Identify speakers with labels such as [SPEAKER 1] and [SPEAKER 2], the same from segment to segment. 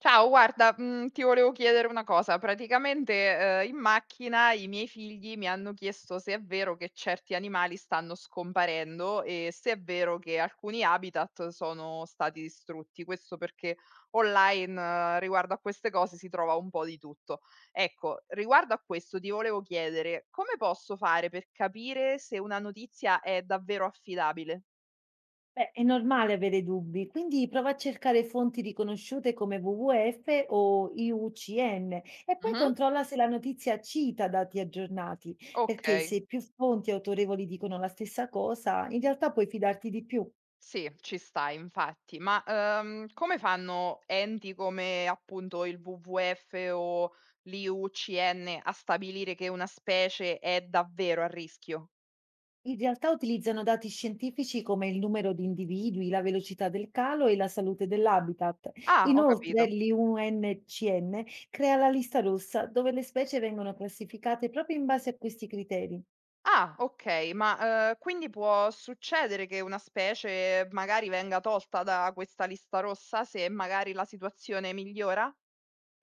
[SPEAKER 1] Ciao, guarda, mhmm, ti volevo chiedere una cosa. Praticamente, in macchina i miei figli mi hanno chiesto se è vero che certi animali stanno scomparendo e se è vero che alcuni habitat sono stati distrutti. Questo perché online riguardo a queste cose si trova un po' di tutto. Ecco, riguardo a questo ti volevo chiedere: come posso fare per capire se una notizia è davvero affidabile?
[SPEAKER 2] Beh, è normale avere dubbi, quindi prova a cercare fonti riconosciute come WWF o IUCN e poi
[SPEAKER 1] Mh-mh.
[SPEAKER 2] controlla se la notizia cita dati aggiornati, perché
[SPEAKER 1] Okay.
[SPEAKER 2] se più fonti autorevoli dicono la stessa cosa, in realtà puoi fidarti di più.
[SPEAKER 1] Sì, ci sta infatti, ma, come fanno enti come appunto il WWF o l'IUCN a stabilire che una specie è davvero a rischio?
[SPEAKER 2] In realtà utilizzano dati scientifici come il numero di individui, la velocità del calo e la salute dell'habitat.
[SPEAKER 1] Ah, ho
[SPEAKER 2] Inoltre,
[SPEAKER 1] capito.
[SPEAKER 2] l'IUNCN crea la lista rossa dove le specie vengono classificate proprio in base a questi criteri.
[SPEAKER 1] Ah, okay, ma, quindi può succedere che una specie magari venga tolta da questa lista rossa se magari la situazione migliora?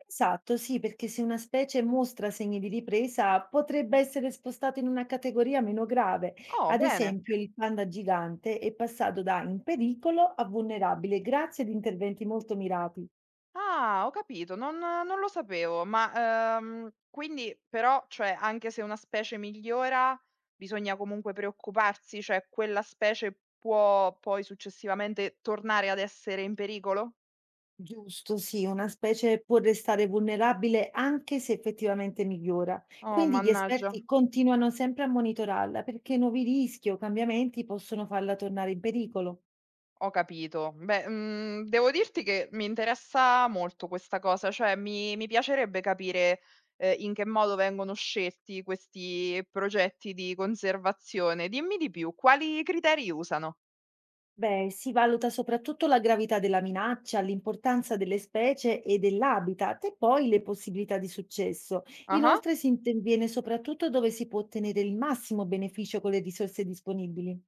[SPEAKER 2] Esatto, sì, perché se una specie mostra segni di ripresa, potrebbe essere spostata in una categoria meno grave.
[SPEAKER 1] Oh,
[SPEAKER 2] Ad
[SPEAKER 1] bene.
[SPEAKER 2] esempio, il panda gigante è passato da in pericolo a vulnerabile grazie ad interventi molto mirati.
[SPEAKER 1] Ah, ho capito, non lo sapevo, ma, quindi però, cioè, anche se una specie migliora, bisogna comunque preoccuparsi, cioè quella specie può poi successivamente tornare ad essere in pericolo?
[SPEAKER 2] Giusto, sì, una specie può restare vulnerabile anche se effettivamente migliora.
[SPEAKER 1] Oh,
[SPEAKER 2] Quindi gli
[SPEAKER 1] mannaggia.
[SPEAKER 2] esperti continuano sempre a monitorarla perché nuovi rischi o cambiamenti possono farla tornare in pericolo.
[SPEAKER 1] Ho capito. Beh, mhmm, devo dirti che mi interessa molto questa cosa, cioè mi piacerebbe capire, in che modo vengono scelti questi progetti di conservazione. Dimmi di più, quali criteri usano?
[SPEAKER 2] Beh, si valuta soprattutto la gravità della minaccia, l'importanza delle specie e dell'habitat e poi le possibilità di successo.
[SPEAKER 1] Ah-ah.
[SPEAKER 2] Inoltre si interviene soprattutto dove si può ottenere il massimo beneficio con le risorse disponibili.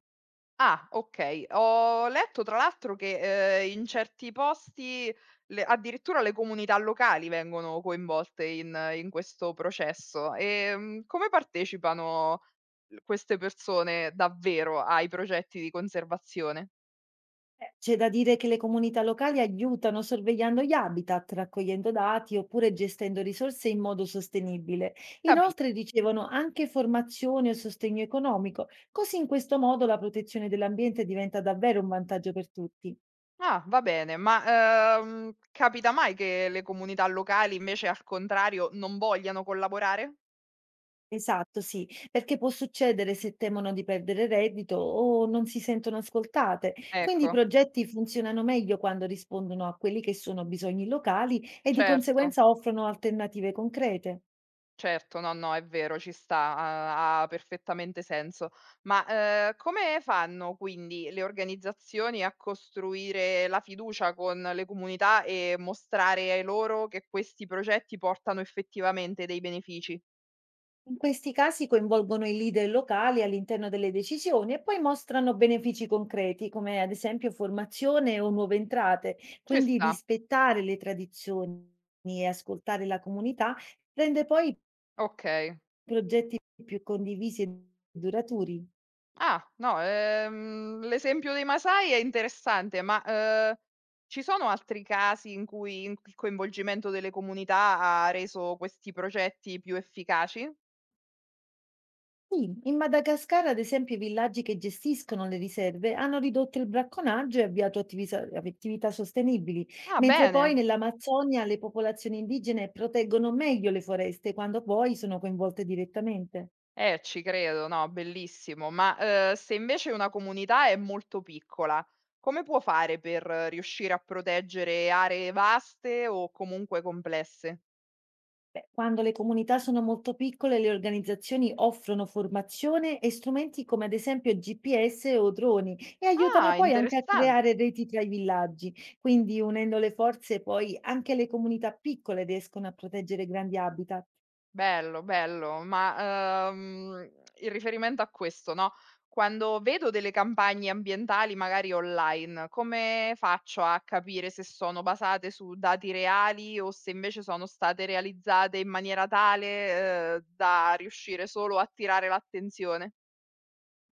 [SPEAKER 1] Ah, okay. Ho letto tra l'altro che, in certi posti le addirittura le comunità locali vengono coinvolte in questo processo. Come partecipano l queste persone davvero ai progetti di conservazione?
[SPEAKER 2] C'è da dire che le comunità locali aiutano sorvegliando gli habitat, raccogliendo dati oppure gestendo risorse in modo sostenibile.
[SPEAKER 1] Capi
[SPEAKER 2] Inoltre ricevono anche formazione o sostegno economico, così in questo modo la protezione dell'ambiente diventa davvero un vantaggio per tutti.
[SPEAKER 1] ah, va bene, ma, capita mai che le comunità locali invece al contrario non vogliano collaborare?
[SPEAKER 2] Esatto, sì, perché può succedere se temono di perdere reddito o non si sentono ascoltate. Quindi i
[SPEAKER 1] Ecco,
[SPEAKER 2] progetti funzionano meglio quando rispondono a quelli che sono bisogni locali e di
[SPEAKER 1] certo.
[SPEAKER 2] conseguenza offrono alternative concrete.
[SPEAKER 1] Certo, no, no, è vero, ci sta, ha perfettamente senso. Ma, come fanno quindi le organizzazioni a costruire la fiducia con le comunità e mostrare ai loro che questi progetti portano effettivamente dei benefici?
[SPEAKER 2] In questi casi coinvolgono i leader locali all'interno delle decisioni e poi mostrano benefici concreti, come ad esempio formazione o nuove entrate.
[SPEAKER 1] Ci
[SPEAKER 2] Quindi
[SPEAKER 1] sta,
[SPEAKER 2] rispettare le tradizioni e ascoltare la comunità rende poi
[SPEAKER 1] okay.
[SPEAKER 2] progetti più condivisi e duraturi.
[SPEAKER 1] Ah, no, l'esempio dei Masai è interessante, ma, ci sono altri casi in cui in il coinvolgimento delle comunità ha reso questi progetti più efficaci?
[SPEAKER 2] Sì, in Madagascar, ad esempio, i villaggi che gestiscono le riserve hanno ridotto il bracconaggio e avviato attività sostenibili,
[SPEAKER 1] Ah,
[SPEAKER 2] mentre poi
[SPEAKER 1] bene.
[SPEAKER 2] nell'Amazzonia le popolazioni indigene proteggono meglio le foreste quando poi sono coinvolte direttamente.
[SPEAKER 1] Ci credo, no, bellissimo. Ma, se invece una comunità è molto piccola, come può fare per riuscire a proteggere aree vaste o comunque complesse?
[SPEAKER 2] Beh, quando le comunità sono molto piccole, le organizzazioni offrono formazione e strumenti come ad esempio GPS o droni e aiutano
[SPEAKER 1] Ah,
[SPEAKER 2] poi anche a
[SPEAKER 1] interessante.
[SPEAKER 2] creare reti tra i villaggi. Quindi unendo le forze, poi anche le comunità piccole riescono a proteggere grandi habitat.
[SPEAKER 1] Bello, bello, ma, in riferimento a questo, no, quando vedo delle campagne ambientali magari online, come faccio a capire se sono basate su dati reali o se invece sono state realizzate in maniera tale, da riuscire solo a attirare l'attenzione?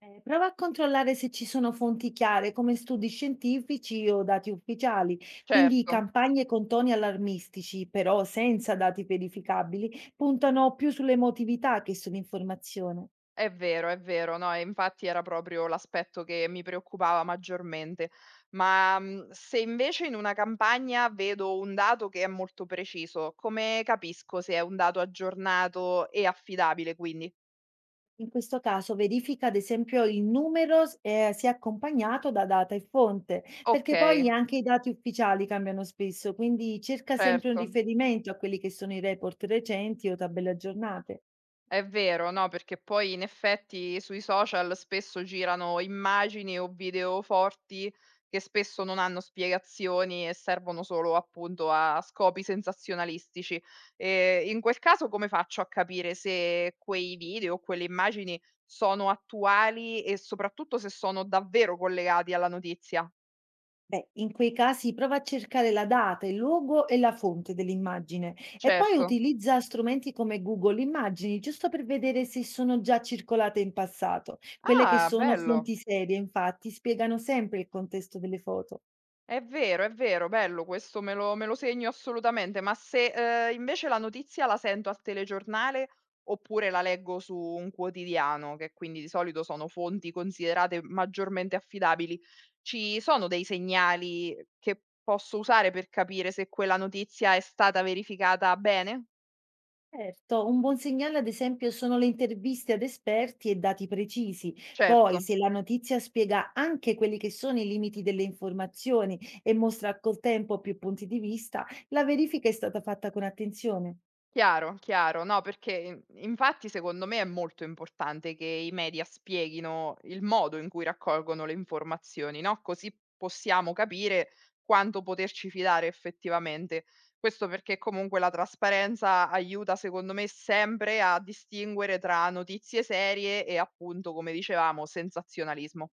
[SPEAKER 2] Prova a controllare se ci sono fonti chiare come studi scientifici o dati ufficiali, quindi
[SPEAKER 1] Certo.
[SPEAKER 2] campagne con toni allarmistici, però senza dati verificabili, puntano più sull'emotività che sull'informazione.
[SPEAKER 1] È vero, è vero. No, e infatti era proprio l'aspetto che mi preoccupava maggiormente. Ma, mhmm, se invece in una campagna vedo un dato che è molto preciso, come capisco se è un dato aggiornato e affidabile quindi?
[SPEAKER 2] In questo caso verifica ad esempio il se accompagnato da data e fonte, perché
[SPEAKER 1] Okay,
[SPEAKER 2] poi anche i dati ufficiali cambiano spesso, quindi cerca sempre un
[SPEAKER 1] certo.
[SPEAKER 2] riferimento a quelli che sono i report recenti o tabelle aggiornate.
[SPEAKER 1] È vero, no, perché poi in effetti sui social spesso girano immagini o video forti che spesso non hanno spiegazioni e servono solo appunto a scopi sensazionalistici. E in quel caso come faccio a capire se quei video o quelle immagini sono attuali e soprattutto se sono davvero collegati alla notizia?
[SPEAKER 2] Beh, in quei casi prova a cercare la data, il luogo e la fonte dell'immagine e poi
[SPEAKER 1] Certo.
[SPEAKER 2] utilizza strumenti come Google Immagini, giusto per vedere se sono già circolate in passato. Quelle che
[SPEAKER 1] Ah,
[SPEAKER 2] sono
[SPEAKER 1] bello.
[SPEAKER 2] fonti serie, infatti, spiegano sempre il contesto delle foto.
[SPEAKER 1] È vero, bello questo me lo segno assolutamente, ma se, invece la notizia la sento al telegiornale oppure la leggo su un quotidiano, che quindi di solito sono fonti considerate maggiormente affidabili, ci sono dei segnali che posso usare per capire se quella notizia è stata verificata bene?
[SPEAKER 2] Certo, un buon segnale ad esempio sono le interviste ad esperti e dati precisi.
[SPEAKER 1] Certo.
[SPEAKER 2] Poi, se la notizia spiega anche quelli che sono i limiti delle informazioni e mostra col tempo più punti di vista, la verifica è stata fatta con attenzione.
[SPEAKER 1] Chiaro, chiaro. No, perché in infatti secondo me è molto importante che i media spieghino il modo in cui raccolgono le informazioni, no, così possiamo capire quanto poterci fidare effettivamente. Questo perché comunque la trasparenza aiuta secondo me sempre a distinguere tra notizie serie e appunto, come dicevamo, sensazionalismo.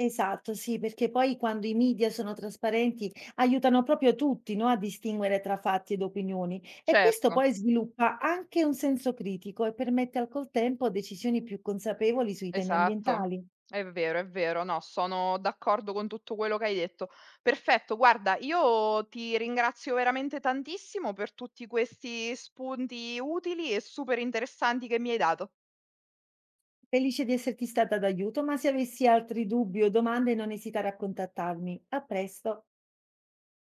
[SPEAKER 2] Esatto, sì, perché poi quando i media sono trasparenti aiutano proprio tutti, no, a distinguere tra fatti ed opinioni e questo
[SPEAKER 1] Certo.
[SPEAKER 2] poi sviluppa anche un senso critico e permette al col tempo decisioni più consapevoli sui temi
[SPEAKER 1] Esatto,
[SPEAKER 2] ambientali.
[SPEAKER 1] è vero, è vero. No, sono d'accordo con tutto quello che hai detto. Perfetto, guarda, io ti ringrazio veramente tantissimo per tutti questi spunti utili e super interessanti che mi hai dato.
[SPEAKER 2] Felice di esserti stata d'aiuto, ma se avessi altri dubbi o domande non esitare a contattarmi. A presto.